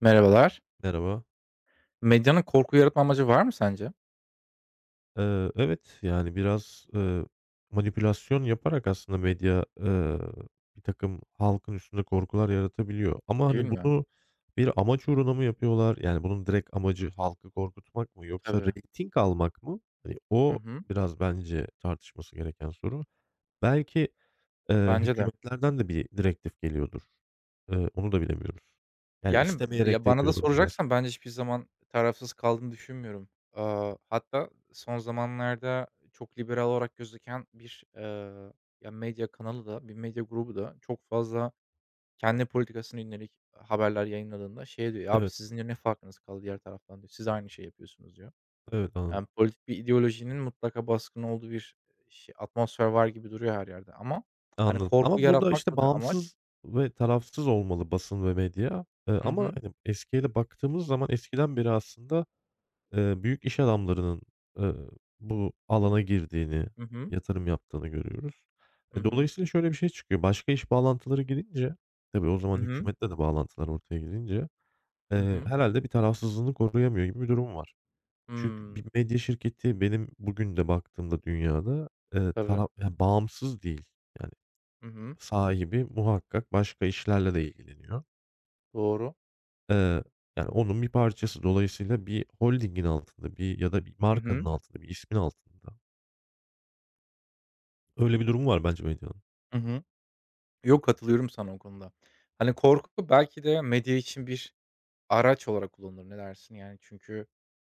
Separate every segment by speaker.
Speaker 1: Merhabalar.
Speaker 2: Merhaba.
Speaker 1: Medyanın korku yaratma amacı var mı sence?
Speaker 2: Evet, yani, biraz, manipülasyon yaparak aslında medya, birtakım halkın üstünde korkular yaratabiliyor ama,
Speaker 1: Değil
Speaker 2: hani,
Speaker 1: mi?
Speaker 2: bunu bir amaç uğruna mı yapıyorlar? Yani, bunun direkt amacı halkı korkutmak mı yoksa
Speaker 1: Tabii.
Speaker 2: reyting almak mı? Hani,
Speaker 1: Hı
Speaker 2: o
Speaker 1: hı.
Speaker 2: biraz bence tartışması gereken soru. Belki,
Speaker 1: Bence de.
Speaker 2: hükümetlerden de bir direktif geliyordur. Onu da bilemiyoruz. Yani,
Speaker 1: Yani,
Speaker 2: istemeyerek
Speaker 1: ya,
Speaker 2: de
Speaker 1: bana da
Speaker 2: yapıyor olabilirler.
Speaker 1: soracaksan bence hiçbir zaman tarafsız kaldığını düşünmüyorum. Hatta son zamanlarda çok liberal olarak gözüken bir, ya, medya kanalı da bir medya grubu da çok fazla kendi politikasına yönelik haberler yayınladığında şey diyor, abi
Speaker 2: Evet,
Speaker 1: sizin diyor ne farkınız kaldı diğer taraftan?" diyor. "Siz aynı şeyi yapıyorsunuz." diyor.
Speaker 2: evet, anladım.
Speaker 1: Yani, politik bir ideolojinin mutlaka baskın olduğu bir, şey atmosfer var gibi duruyor her yerde ama, hani,
Speaker 2: Anladım
Speaker 1: korku
Speaker 2: ama burada,
Speaker 1: yaratmak
Speaker 2: işte,
Speaker 1: mıdır amaç?
Speaker 2: bağımsız ve tarafsız olmalı basın ve medya.
Speaker 1: Hı
Speaker 2: Ama,
Speaker 1: hı.
Speaker 2: hani, eskiye de baktığımız zaman eskiden beri aslında, büyük iş adamlarının, eee, bu alana girdiğini,
Speaker 1: Hı hı.
Speaker 2: yatırım yaptığını görüyoruz.
Speaker 1: Hı
Speaker 2: E,
Speaker 1: hı.
Speaker 2: dolayısıyla şöyle bir şey çıkıyor. Başka iş bağlantıları girince, tabii o
Speaker 1: Hı
Speaker 2: zaman
Speaker 1: hı.
Speaker 2: hükümetle de bağlantılar ortaya girince,
Speaker 1: Hı hı.
Speaker 2: herhâlde bir tarafsızlığını koruyamıyor gibi bir durum var. Çünkü
Speaker 1: Hımm.
Speaker 2: bir medya şirketi benim bugün de baktığımda dünyada,
Speaker 1: Tabii.
Speaker 2: bağımsız değil. Yani
Speaker 1: Hı hı.
Speaker 2: sahibi muhakkak başka işlerle de ilgileniyor.
Speaker 1: Doğru.
Speaker 2: Eee, Yani onun bir parçası. Dolayısıyla bir holdingin altında bir ya da bir
Speaker 1: Hı
Speaker 2: markanın
Speaker 1: hı.
Speaker 2: altında, bir ismin altında. Öyle bir durum var bence medyanın.
Speaker 1: Hı hı. Yok, katılıyorum sana o konuda. Hani, korku belki de medya için bir araç olarak kullanılır. Ne dersin? Yani, çünkü,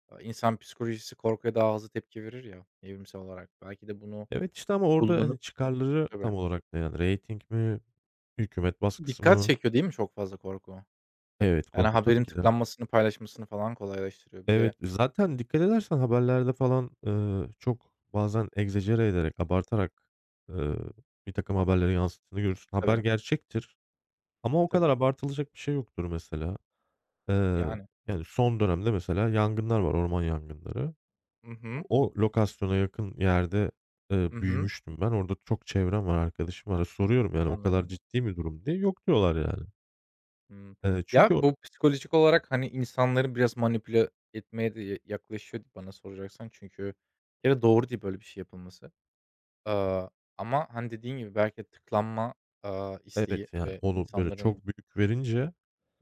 Speaker 1: insan psikolojisi korkuya daha hızlı tepki verir ya evrimsel olarak. Belki de bunu
Speaker 2: Evet, işte, ama orada, hani,
Speaker 1: kullanıp.
Speaker 2: çıkarları
Speaker 1: Tabii.
Speaker 2: tam olarak ne? Yani rating mi? Hükümet baskısı
Speaker 1: Dikkat
Speaker 2: mı?
Speaker 1: çekiyor değil mi çok fazla korku?
Speaker 2: Evet,
Speaker 1: Yani,
Speaker 2: korku tabii
Speaker 1: haberin
Speaker 2: ki de.
Speaker 1: tıklanmasını, paylaşmasını falan kolaylaştırıyor. Bir
Speaker 2: Evet,
Speaker 1: de.
Speaker 2: zaten dikkat edersen haberlerde falan, çok bazen egzajere ederek, abartarak, eee bir takım haberleri yansıttığını görürsün. Haber
Speaker 1: Tabii,
Speaker 2: gerçektir ama o kadar
Speaker 1: tabii.
Speaker 2: abartılacak bir şey yoktur mesela. Eee,
Speaker 1: Yani.
Speaker 2: Yani, son dönemde mesela yangınlar var, orman yangınları.
Speaker 1: Hı hı.
Speaker 2: O lokasyona yakın yerde,
Speaker 1: Hı hı.
Speaker 2: büyümüştüm ben. Orada çok çevrem var, arkadaşım var. Soruyorum, yani, "O kadar
Speaker 1: Anladım.
Speaker 2: ciddi mi durum?" diye. "Yok." diyorlar, yani.
Speaker 1: Hımm. Ya,
Speaker 2: Çünkü o
Speaker 1: bu psikolojik olarak, hani, insanları biraz manipüle etmeye de ya yaklaşıyor bana soracaksan. Çünkü bir kere doğru değil böyle bir şey yapılması. Aaa, ama, hani, dediğin gibi belki de tıklanma, isteği
Speaker 2: Evet, yani,
Speaker 1: ve
Speaker 2: onu böyle
Speaker 1: insanların.
Speaker 2: çok büyük verince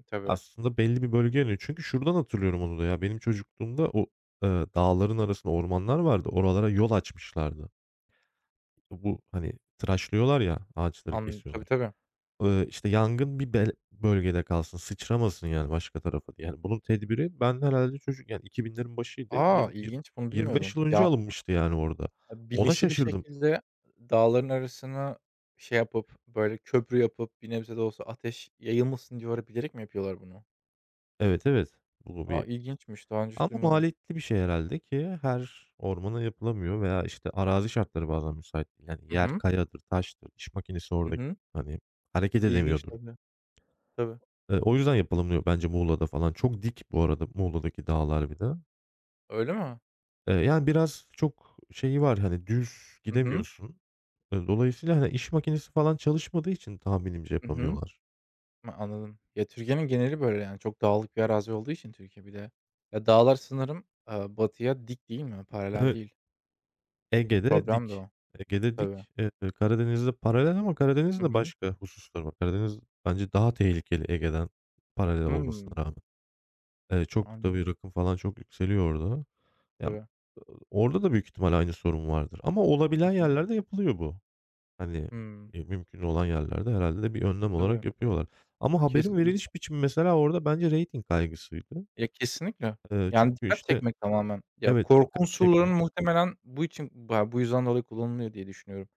Speaker 1: Tabii.
Speaker 2: aslında belli bir bölge iniyor. Çünkü şuradan hatırlıyorum onu da ya, benim çocukluğumda o, dağların arasında ormanlar vardı. Oralara yol açmışlardı. Bu, hani, tıraşlıyorlar ya, ağaçları
Speaker 1: Tabii,
Speaker 2: kesiyorlar.
Speaker 1: tabii.
Speaker 2: İşte, yangın bir bölgede kalsın, sıçramasın, yani, başka tarafa diye. Yani, bunun tedbiri ben herhâlde çocuk yani, 2000'lerin başıydı.
Speaker 1: Aa,
Speaker 2: Yirmi yirmi
Speaker 1: ilginç bunu
Speaker 2: 25
Speaker 1: bilmiyordum.
Speaker 2: yıl önce
Speaker 1: Ya.
Speaker 2: alınmıştı, yani, orada.
Speaker 1: Abi,
Speaker 2: Ona
Speaker 1: bilinçli bir
Speaker 2: şaşırdım.
Speaker 1: şekilde dağların arasına şey yapıp, böyle, köprü yapıp bir nebze de olsa ateş yayılmasın diye oraya bilerek mi yapıyorlar bunu?
Speaker 2: Evet, evet. Bu
Speaker 1: A,
Speaker 2: bir
Speaker 1: ilginçmiş. Daha önce hiç
Speaker 2: Ama
Speaker 1: duymadım.
Speaker 2: maliyetli bir şey herhâlde ki her ormana yapılamıyor veya, işte, arazi şartları bazen müsait değil. Yani,
Speaker 1: Hı
Speaker 2: yer
Speaker 1: hı.
Speaker 2: kayadır, taştır, iş makinesi
Speaker 1: Hı
Speaker 2: orada,
Speaker 1: hı.
Speaker 2: hani, hareket
Speaker 1: İlginç
Speaker 2: edemiyordur.
Speaker 1: tabii. Tabii.
Speaker 2: O yüzden yapılamıyor bence Muğla'da falan. Çok dik bu arada Muğla'daki dağlar bir de.
Speaker 1: Öyle mi?
Speaker 2: Yani biraz çok şeyi var, hani, düz
Speaker 1: Hı hı.
Speaker 2: gidemiyorsun. Dolayısıyla, hani, iş makinesi falan çalışmadığı için tahminimce
Speaker 1: Hı hı.
Speaker 2: yapamıyorlar.
Speaker 1: Hıı, anladım. Ya, Türkiye'nin geneli böyle, yani, çok dağlık bir arazi olduğu için Türkiye bir de. Ya, dağlar sanırım, batıya dik değil mi? Paralel
Speaker 2: Evet,
Speaker 1: değil. E,
Speaker 2: Ege'de
Speaker 1: problem de
Speaker 2: dik.
Speaker 1: o.
Speaker 2: Ege'de
Speaker 1: Tabii.
Speaker 2: dik. Karadeniz'de paralel ama Karadeniz'in
Speaker 1: Hı
Speaker 2: de
Speaker 1: hı.
Speaker 2: başka hususları var. Karadeniz bence daha tehlikeli Ege'den paralel olmasına
Speaker 1: Hımm.
Speaker 2: rağmen. Çok
Speaker 1: Anladım.
Speaker 2: tabii rakım falan çok yükseliyor orada. Ya,
Speaker 1: Tabii.
Speaker 2: orada da büyük ihtimal aynı sorun vardır ama olabilen
Speaker 1: Hı hı.
Speaker 2: yerlerde yapılıyor bu. Hani,
Speaker 1: Hımm.
Speaker 2: mümkün olan yerlerde herhâlde de bir önlem
Speaker 1: Tabii.
Speaker 2: olarak yapıyorlar. Ama haberin
Speaker 1: Kesinlik
Speaker 2: veriliş biçimi mesela orada bence reyting kaygısıydı.
Speaker 1: Ya, kesinlikle.
Speaker 2: Eee,
Speaker 1: Yani
Speaker 2: çünkü,
Speaker 1: dikkat
Speaker 2: işte,
Speaker 1: çekmek tamamen. Ya,
Speaker 2: evet,
Speaker 1: korku
Speaker 2: dikkat çekmek.
Speaker 1: unsurlarının muhtemelen bu için ba bu yüzden dolayı kullanılıyor diye düşünüyorum.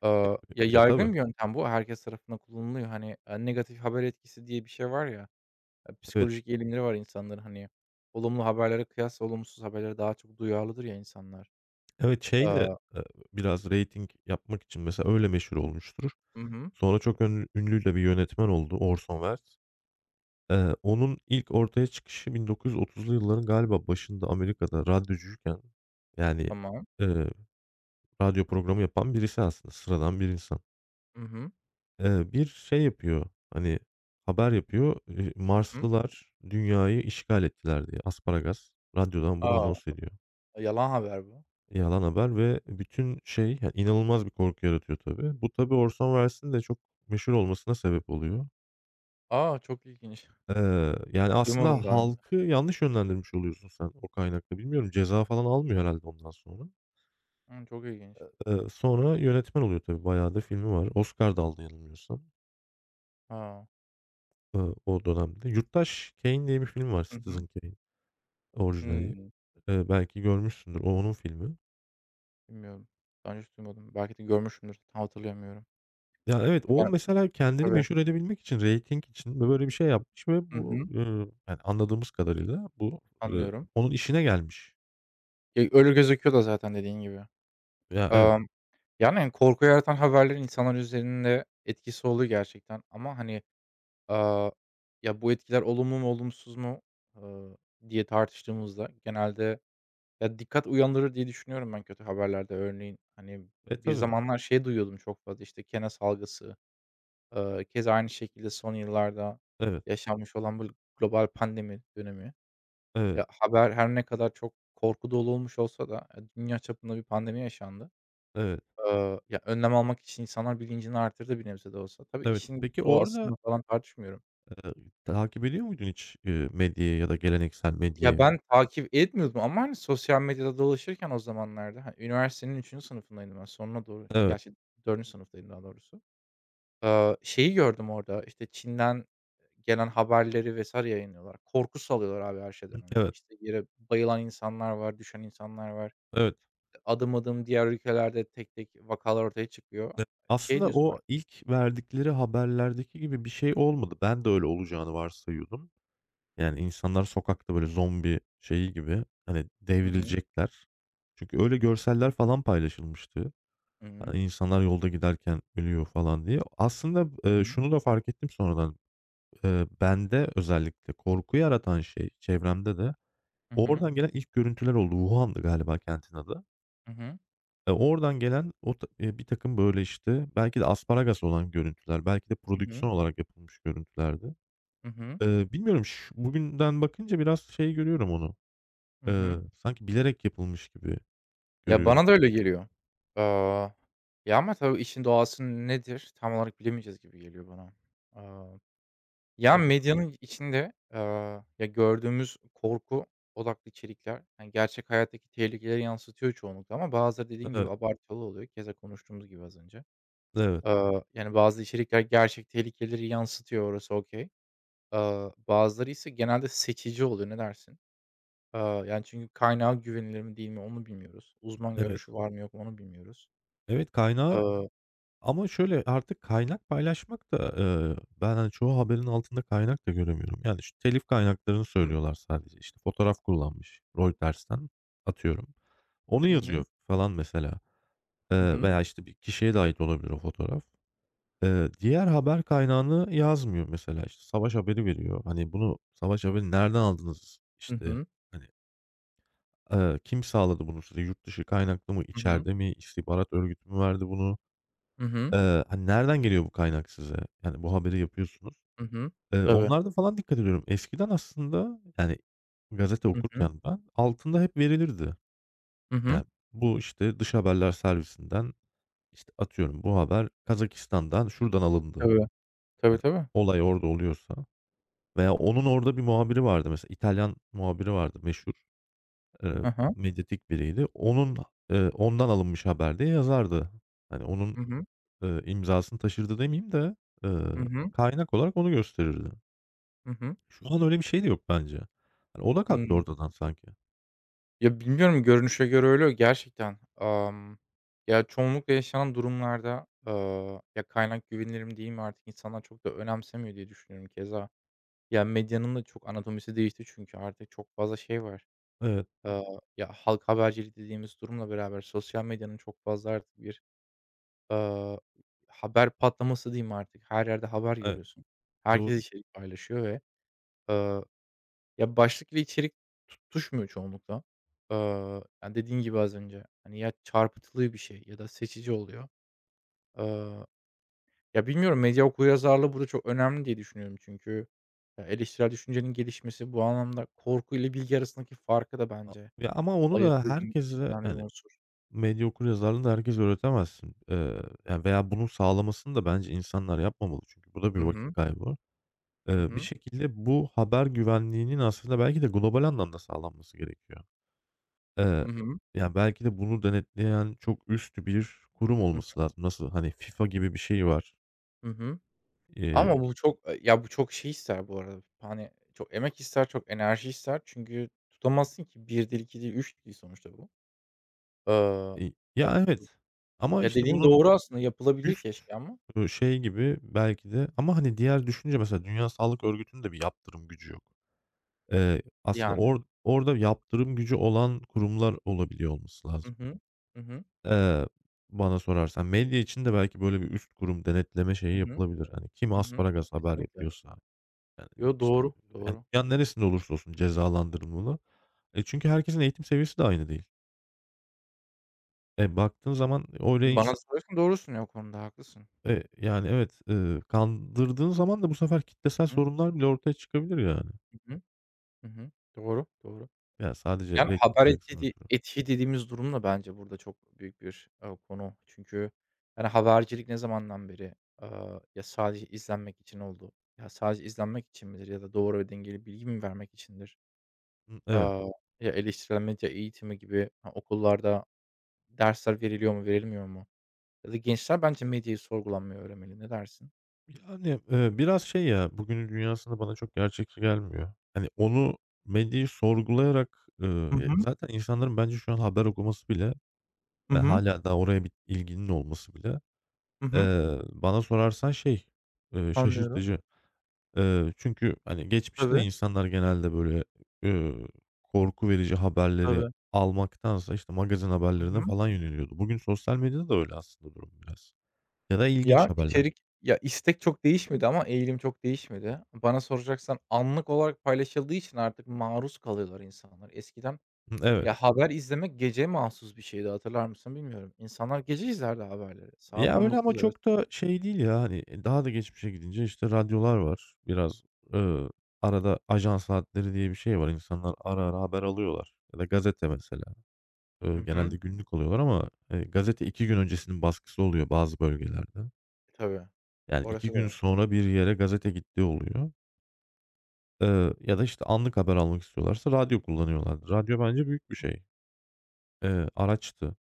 Speaker 1: Ya,
Speaker 2: Ya, tabii,
Speaker 1: yaygın bir yöntem bu. Herkes tarafından kullanılıyor. Hani, negatif haber etkisi diye bir şey var ya,
Speaker 2: evet.
Speaker 1: psikolojik eğilimleri var insanların, hani. Olumlu haberlere kıyasla olumsuz haberlere daha çok duyarlıdır ya insanlar.
Speaker 2: Evet, şey de,
Speaker 1: Aaa
Speaker 2: eee, biraz reyting yapmak için mesela öyle meşhur olmuştur.
Speaker 1: Hı hı.
Speaker 2: Sonra çok ünlü de bir yönetmen oldu Orson Welles. Onun ilk ortaya çıkışı 1930'lu yılların galiba başında Amerika'da radyocuyken, yani,
Speaker 1: Tamam.
Speaker 2: eee, radyo programı yapan birisi aslında sıradan bir insan.
Speaker 1: Hı hı.
Speaker 2: Bir şey yapıyor, hani, haber yapıyor,
Speaker 1: Hı hı.
Speaker 2: Marslılar Dünya'yı işgal ettiler diye. Asparagas radyodan bunu
Speaker 1: A!
Speaker 2: anons ediyor.
Speaker 1: Yalan haber bu.
Speaker 2: Yalan haber ve bütün şey, ya, inanılmaz bir korku yaratıyor tabii. Bu tabii Orson Welles'in de çok meşhur olmasına sebep oluyor.
Speaker 1: A! Çok ilginç.
Speaker 2: Yani,
Speaker 1: Duymadım
Speaker 2: aslında
Speaker 1: daha önce.
Speaker 2: halkı yanlış yönlendirmiş oluyorsun sen o kaynakla. Bilmiyorum, ceza falan almıyor herhalde ondan sonra.
Speaker 1: Çok ilginç.
Speaker 2: Sonra yönetmen oluyor tabii. Bayağı da filmi var. Oscar da aldı yanılmıyorsam,
Speaker 1: A!
Speaker 2: eee, o dönemde. Yurttaş Kane diye bir film var,
Speaker 1: Hı hı.
Speaker 2: Citizen Kane. Orijinali.
Speaker 1: Hımm.
Speaker 2: Belki görmüşsündür. O onun filmi.
Speaker 1: Bilmiyorum. Daha önce hiç duymadım. Belki de görmüşümdür. Tam hatırlayamıyorum.
Speaker 2: Ya, evet, o
Speaker 1: Yani.
Speaker 2: mesela kendini
Speaker 1: Tabii.
Speaker 2: meşhur edebilmek için, reyting için böyle bir şey yapmış ve
Speaker 1: Hı
Speaker 2: bu,
Speaker 1: hı.
Speaker 2: yani, anladığımız kadarıyla bu, ııı,
Speaker 1: Anlıyorum.
Speaker 2: onun işine gelmiş.
Speaker 1: Ya, öyle gözüküyor da zaten dediğin gibi.
Speaker 2: Ya, evet.
Speaker 1: Emm, yani, hani, korku yaratan haberlerin insanlar üzerinde etkisi oluyor gerçekten ama, hani, aaa, ya, bu etkiler olumlu mu olumsuz mu, ııı, diye tartıştığımızda genelde ya, dikkat uyandırır diye düşünüyorum ben kötü haberlerde. Örneğin, hani,
Speaker 2: E,
Speaker 1: bir
Speaker 2: tabii.
Speaker 1: zamanlar şey duyuyordum çok fazla, işte, kene salgısı. Keza aynı şekilde son yıllarda
Speaker 2: Evet,
Speaker 1: yaşanmış olan bu global pandemi dönemi.
Speaker 2: evet,
Speaker 1: Ya, haber her ne kadar çok korku dolu olmuş olsa da, dünya çapında bir pandemi yaşandı.
Speaker 2: evet,
Speaker 1: Ya, önlem almak için insanlar bilincini artırdı bir nebze de olsa. Tabii
Speaker 2: evet.
Speaker 1: işin
Speaker 2: Peki orada,
Speaker 1: doğasını falan tartışmıyorum.
Speaker 2: eee, takip ediyor muydun hiç, medyayı ya da geleneksel
Speaker 1: Ya,
Speaker 2: medyayı?
Speaker 1: ben takip etmiyordum ama, hani, sosyal medyada dolaşırken o zamanlarda, hani, üniversitenin üçüncü sınıfındaydım ben sonuna doğru.
Speaker 2: Evet,
Speaker 1: Gerçi dördüncü sınıftaydım daha doğrusu. Şeyi gördüm orada, işte, Çin'den gelen haberleri vesaire yayınlıyorlar. Korku salıyorlar abi her şeyden önce.
Speaker 2: evet,
Speaker 1: İşte, yere bayılan insanlar var, düşen insanlar var.
Speaker 2: evet.
Speaker 1: Adım adım diğer ülkelerde tek tek vakalar ortaya çıkıyor.
Speaker 2: E
Speaker 1: Şey
Speaker 2: aslında
Speaker 1: diyorsun
Speaker 2: o
Speaker 1: artık.
Speaker 2: ilk verdikleri haberlerdeki gibi bir şey olmadı. Ben de öyle olacağını varsayıyordum. Yani, insanlar sokakta, böyle, zombi şeyi gibi, hani,
Speaker 1: Hı hı.
Speaker 2: devrilecekler. Çünkü öyle görseller falan paylaşılmıştı.
Speaker 1: Hı hı.
Speaker 2: Hani, insanlar yolda giderken ölüyor falan diye. Aslında,
Speaker 1: Hı hı.
Speaker 2: şunu da fark ettim sonradan. Bende özellikle korku yaratan şey, çevremde de
Speaker 1: Hı hı.
Speaker 2: oradan gelen ilk görüntüler oldu. Wuhan'dı galiba kentin adı.
Speaker 1: Hı hı.
Speaker 2: E, oradan gelen o ta birtakım, böyle, işte, belki de asparagas olan görüntüler, belki de
Speaker 1: Hı hı.
Speaker 2: prodüksiyon olarak yapılmış görüntülerdi.
Speaker 1: Hı hı.
Speaker 2: Bilmiyorum, bugünden bakınca biraz şey görüyorum onu.
Speaker 1: Hı hı.
Speaker 2: Sanki bilerek yapılmış gibi
Speaker 1: Ya,
Speaker 2: görüyorum.
Speaker 1: bana da öyle geliyor. Aaa, ya, ama tabii işin doğası nedir tam olarak bilemeyeceğiz gibi geliyor bana. Aaa Ya,
Speaker 2: Ya, bu
Speaker 1: medyanın içinde, ya, gördüğümüz korku odaklı içerikler, hani, gerçek hayattaki tehlikeleri yansıtıyor çoğunlukla ama bazıları dediğin
Speaker 2: Evet,
Speaker 1: gibi abartılı oluyor. Keza konuştuğumuz gibi az önce.
Speaker 2: evet,
Speaker 1: Yani, bazı içerikler gerçek tehlikeleri yansıtıyor, orası okay. Bazıları ise genelde seçici oluyor, ne dersin? Yani, çünkü kaynağı güvenilir mi değil mi onu bilmiyoruz. Uzman
Speaker 2: evet.
Speaker 1: görüşü var mı yok mu onu bilmiyoruz.
Speaker 2: Evet, kaynağı
Speaker 1: Aaa
Speaker 2: ama şöyle, artık kaynak paylaşmak da, ben, hani, çoğu haberin altında kaynak da göremiyorum. Yani, şu telif kaynaklarını
Speaker 1: Hı,
Speaker 2: söylüyorlar sadece. İşte, fotoğraf kullanmış Reuters'ten, atıyorum. Onu yazıyor falan mesela,
Speaker 1: hı hı,
Speaker 2: veya, işte, bir kişiye de ait olabilir o fotoğraf. Diğer haber kaynağını yazmıyor mesela. İşte, savaş haberi veriyor. Hani, bunu savaş haberi nereden aldınız?
Speaker 1: hı
Speaker 2: İşte,
Speaker 1: hı,
Speaker 2: hani. Kim sağladı bunu size? Yurt dışı kaynaklı mı,
Speaker 1: hı hı,
Speaker 2: içeride mi, istihbarat örgütü mü verdi bunu?
Speaker 1: hı hı,
Speaker 2: Hani, nereden geliyor bu kaynak size? Yani, bu haberi yapıyorsunuz.
Speaker 1: hı hı. Tabii.
Speaker 2: Onlarda falan dikkat ediyorum. Eskiden aslında, yani, gazete
Speaker 1: Hı hı,
Speaker 2: okurken ben, altında hep verilirdi.
Speaker 1: hı hı.
Speaker 2: Yani, bu, işte, dış haberler servisinden, işte, atıyorum, bu haber Kazakistan'dan şuradan alındı.
Speaker 1: Tabii. Tabii,
Speaker 2: Yani
Speaker 1: tabii.
Speaker 2: olay orada oluyorsa veya onun orada bir muhabiri vardı mesela, İtalyan muhabiri vardı meşhur. Eee,
Speaker 1: Hı hı.
Speaker 2: Medyatik biriydi. Onun, ondan alınmış haber diye yazardı. Hani, onun,
Speaker 1: Hı hı.
Speaker 2: imzasını taşırdı demeyeyim de, eee,
Speaker 1: Hı hı.
Speaker 2: kaynak olarak onu gösterirdi.
Speaker 1: Hı hı.
Speaker 2: Şu an öyle bir şey de yok bence. Hani, o da kalktı
Speaker 1: Hımm.
Speaker 2: ortadan sanki.
Speaker 1: Ya, bilmiyorum, görünüşe göre öyle gerçekten. Ya, çoğunlukla yaşanan durumlarda, ya, kaynak güvenilir mi değil mi artık insanlar çok da önemsemiyor diye düşünüyorum keza. Ya, medyanın da çok anatomisi değişti çünkü artık çok fazla şey var.
Speaker 2: Evet,
Speaker 1: Ya, halk habercilik dediğimiz durumla beraber sosyal medyanın çok fazla artık bir, aaa, haber patlaması diyeyim artık. Her yerde haber
Speaker 2: evet,
Speaker 1: görüyorsun.
Speaker 2: doğru.
Speaker 1: Herkes içerik paylaşıyor ve, aaa Ya, başlık ve içerik tutuşmuyor çoğunlukla. Yani, dediğin gibi az önce, hani, ya çarpıtılı bir şey ya da seçici oluyor. Eee, ya, bilmiyorum medya okuryazarlığı burada çok önemli diye düşünüyorum çünkü ya eleştirel düşüncenin gelişmesi bu anlamda korku ile bilgi arasındaki farkı da
Speaker 2: A
Speaker 1: bence
Speaker 2: ya, ama onu
Speaker 1: ayırt
Speaker 2: da
Speaker 1: edebilmek için
Speaker 2: herkese,
Speaker 1: önemli bir
Speaker 2: hani,
Speaker 1: unsur.
Speaker 2: medya okuryazarlığını da herkese öğretemezsin. Ya, veya bunun sağlamasını da bence insanlar yapmamalı çünkü bu da bir
Speaker 1: Hı
Speaker 2: vakit
Speaker 1: hı.
Speaker 2: kaybı.
Speaker 1: Hı
Speaker 2: Bir
Speaker 1: hı.
Speaker 2: şekilde bu haber güvenliğinin aslında belki de global anlamda sağlanması gerekiyor. Eee,
Speaker 1: Hı hı.
Speaker 2: Ya, belki de bunu denetleyen çok üstü bir kurum
Speaker 1: Hı hı.
Speaker 2: olması lazım. Nasıl, hani, FIFA gibi bir şey var.
Speaker 1: Hı hı.
Speaker 2: Eee,
Speaker 1: Ama bu çok, e, ya, bu çok şey ister bu arada, hani, çok emek ister, çok enerji ister çünkü tutamazsın ki bir dil, 2 dil, 3 dil sonuçta bu. Iıı,
Speaker 2: i
Speaker 1: ya,
Speaker 2: ya, evet ama, işte,
Speaker 1: dediğin
Speaker 2: bunun
Speaker 1: doğru aslında, yapılabilir
Speaker 2: üst,
Speaker 1: keşke ama
Speaker 2: şey gibi belki de ama, hani, diğer düşünce mesela Dünya Sağlık Örgütü'nün de bir yaptırım gücü yok. Aslında
Speaker 1: yani.
Speaker 2: orada yaptırım gücü olan kurumlar olabiliyor olması
Speaker 1: Hı
Speaker 2: lazım.
Speaker 1: hı. Hı hı.
Speaker 2: Eee, Bana sorarsan medya için de belki böyle bir üst kurum denetleme şeyi
Speaker 1: Hı hı.
Speaker 2: yapılabilir. Hani, kim
Speaker 1: Hı hı.
Speaker 2: asparagas haber
Speaker 1: Kesinlikle.
Speaker 2: yapıyorsa. Yani,
Speaker 1: Yo,
Speaker 2: işte,
Speaker 1: doğru,
Speaker 2: yani,
Speaker 1: doğru.
Speaker 2: dünyanın neresinde olursa olsun cezalandırılmalı. E, çünkü herkesin eğitim seviyesi de aynı değil. E, baktığın zaman öyle
Speaker 1: Bana soruyorsan doğrusun ya o konuda haklısın.
Speaker 2: e, yani, evet, kandırdığın zaman da bu sefer kitlesel
Speaker 1: Hı hı.
Speaker 2: sorunlar bile ortaya çıkabilir yani.
Speaker 1: Hı hı. Hı hı. Doğru, doğru.
Speaker 2: Ya, sadece
Speaker 1: Yani
Speaker 2: reyting
Speaker 1: haber
Speaker 2: kaygısından
Speaker 1: etiği
Speaker 2: ötürü.
Speaker 1: etiği dediğimiz durum da bence burada çok büyük bir, konu. Çünkü yani habercilik ne zamandan beri, ya sadece izlenmek için oldu? Ya sadece izlenmek için midir ya da doğru ve dengeli bilgi mi vermek içindir?
Speaker 2: Hı, evet.
Speaker 1: Aaa, ya, eleştirel medya eğitimi gibi, ha, okullarda dersler veriliyor mu, verilmiyor mu? Ya da gençler bence medyayı sorgulanmayı öğrenmeli. Ne dersin?
Speaker 2: Yani, biraz şey ya, bugünün dünyasında bana çok gerçekçi gelmiyor. Hani, onu medyayı sorgulayarak,
Speaker 1: Hı hı.
Speaker 2: zaten insanların bence şu an haber okuması bile,
Speaker 1: Hı hı.
Speaker 2: hâlâ daha oraya bir ilginin olması bile.
Speaker 1: Hı hı.
Speaker 2: Bana sorarsan şey,
Speaker 1: Anlıyorum.
Speaker 2: şaşırtıcı. Çünkü, hani, geçmişte de
Speaker 1: Tabii,
Speaker 2: insanlar genelde böyle, eee, korku verici haberleri
Speaker 1: tabii.
Speaker 2: almaktansa, işte, magazin
Speaker 1: Hı
Speaker 2: haberlerine
Speaker 1: hı.
Speaker 2: falan yöneliyordu. Bugün sosyal medyada da öyle aslında durum biraz ya da ilginç
Speaker 1: Ya,
Speaker 2: haberler.
Speaker 1: içerik ya, istek çok değişmedi ama eğilim çok değişmedi. Bana soracaksan anlık olarak paylaşıldığı için artık maruz kalıyorlar insanlar. Eskiden,
Speaker 2: Hı, evet.
Speaker 1: ya, haber izlemek gece mahsus bir şeydi, hatırlar mısın bilmiyorum. İnsanlar gece izlerdi haberleri. Saat
Speaker 2: Ya, öyle ama
Speaker 1: 19.00 arası.
Speaker 2: çok da şey değil ya, hani, e, daha da geçmişe gidince, işte, radyolar var. Biraz, eee, arada ajan saatleri diye bir şey var. İnsanlar ara ara haber alıyorlar ya da gazete mesela.
Speaker 1: Hı hı.
Speaker 2: Genelde günlük alıyorlar ama, gazete 2 gün öncesinin baskısı oluyor bazı bölgelerde.
Speaker 1: Tabii.
Speaker 2: Yani 2
Speaker 1: Orası da
Speaker 2: gün
Speaker 1: var.
Speaker 2: sonra bir yere gazete gittiği oluyor. Ya da, işte, anlık haber almak istiyorlarsa radyo kullanıyorlardı. Radyo bence büyük bir şey. Araçtı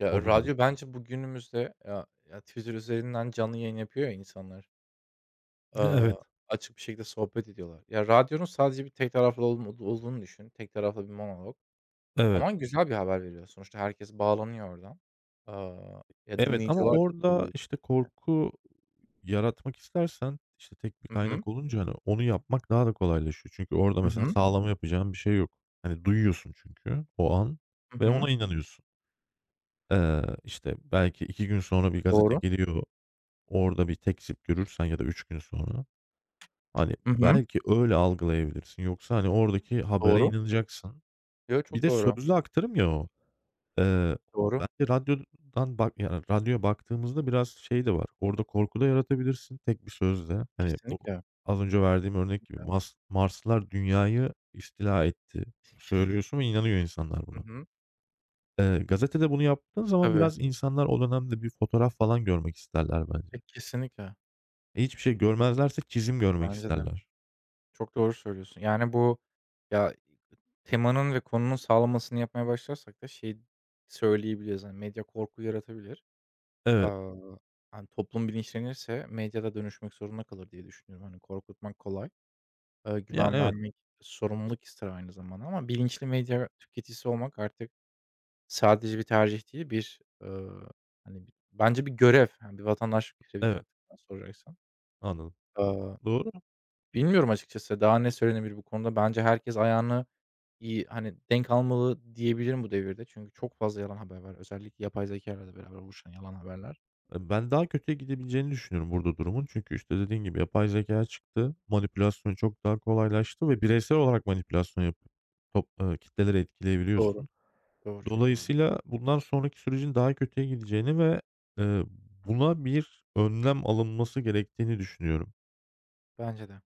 Speaker 1: Ya,
Speaker 2: o dönemin.
Speaker 1: radyo bence bugünümüzde ya ya, Twitter üzerinden canlı yayın yapıyor ya insanlar.
Speaker 2: Evet,
Speaker 1: Aaa, açık bir şekilde sohbet ediyorlar. Ya, radyonun sadece bir tek taraflı olduğunu düşün. Tek taraflı bir monolog
Speaker 2: evet.
Speaker 1: ama güzel bir haber veriyor. Sonuçta herkes bağlanıyor oradan. Ya,
Speaker 2: Evet
Speaker 1: dinleyici
Speaker 2: ama
Speaker 1: olarak
Speaker 2: orada,
Speaker 1: katılabiliyor.
Speaker 2: işte, korku yaratmak istersen, işte, tek bir
Speaker 1: Hı hı.
Speaker 2: kaynak olunca, hani, onu yapmak daha da kolaylaşıyor. Çünkü orada
Speaker 1: Hı
Speaker 2: mesela
Speaker 1: hı.
Speaker 2: sağlama yapacağın bir şey yok. Hani, duyuyorsun çünkü o an
Speaker 1: Hı
Speaker 2: ve
Speaker 1: hı.
Speaker 2: ona inanıyorsun. İşte, belki 2 gün sonra bir gazete
Speaker 1: Doğru.
Speaker 2: geliyor, orada bir tekzip görürsen ya da 3 gün sonra, hani,
Speaker 1: Hı hı.
Speaker 2: belki öyle algılayabilirsin. Yoksa, hani, oradaki habere
Speaker 1: Doğru.
Speaker 2: inanacaksın.
Speaker 1: Yo,
Speaker 2: Bir
Speaker 1: çok
Speaker 2: de
Speaker 1: doğru.
Speaker 2: sözlü aktarım ya o. Eee,
Speaker 1: Doğru.
Speaker 2: Bence radyodan bak yani, radyoya baktığımızda biraz şey de var, orada korku da yaratabilirsin tek bir sözle. Hani, bu
Speaker 1: Kesinlikle.
Speaker 2: az önce verdiğim örnek gibi
Speaker 1: Ya.
Speaker 2: Marslılar Dünya'yı istila etti. Söylüyorsun ve inanıyor insanlar
Speaker 1: Hı
Speaker 2: buna.
Speaker 1: hı.
Speaker 2: Gazetede bunu yaptığın zaman
Speaker 1: Tabii.
Speaker 2: biraz insanlar o dönemde bir fotoğraf falan görmek isterler bence.
Speaker 1: E, kesinlikle.
Speaker 2: E, hiçbir şey görmezlerse çizim görmek
Speaker 1: Bence de.
Speaker 2: isterler.
Speaker 1: Çok doğru söylüyorsun. Yani, bu ya, temanın ve konunun sağlamasını yapmaya başlarsak da şey söyleyebiliriz, hani, medya korku yaratabilir.
Speaker 2: Evet.
Speaker 1: Aaa, hani, toplum bilinçlenirse medya da dönüşmek zorunda kalır diye düşünüyorum. Hani, korkutmak kolay,
Speaker 2: Yani,
Speaker 1: güven
Speaker 2: evet,
Speaker 1: vermek sorumluluk ister aynı zamanda ama bilinçli medya tüketicisi olmak artık sadece bir tercih değil, bir, hani, bence bir görev, hani, bir vatandaşlık görevi de
Speaker 2: evet.
Speaker 1: artık bana soracaksan.
Speaker 2: Anladım.
Speaker 1: Aaa
Speaker 2: Doğru.
Speaker 1: Bilmiyorum açıkçası daha ne söylenebilir bu konuda. Bence herkes ayağını, hani, denk almalı diyebilirim bu devirde. Çünkü çok fazla yalan haber var. Özellikle yapay zekâyla da beraber oluşan yalan haberler.
Speaker 2: E, ben daha kötüye gidebileceğini düşünüyorum burada durumun. Çünkü, işte, dediğin gibi yapay zeka çıktı. Manipülasyon çok daha kolaylaştı ve bireysel olarak manipülasyon yapıp top kitleleri
Speaker 1: Doğru,
Speaker 2: etkileyebiliyorsun.
Speaker 1: doğru, çok doğru.
Speaker 2: Dolayısıyla bundan sonraki sürecin daha kötüye gideceğini ve, eee, buna bir önlem alınması gerektiğini düşünüyorum.
Speaker 1: Bence de.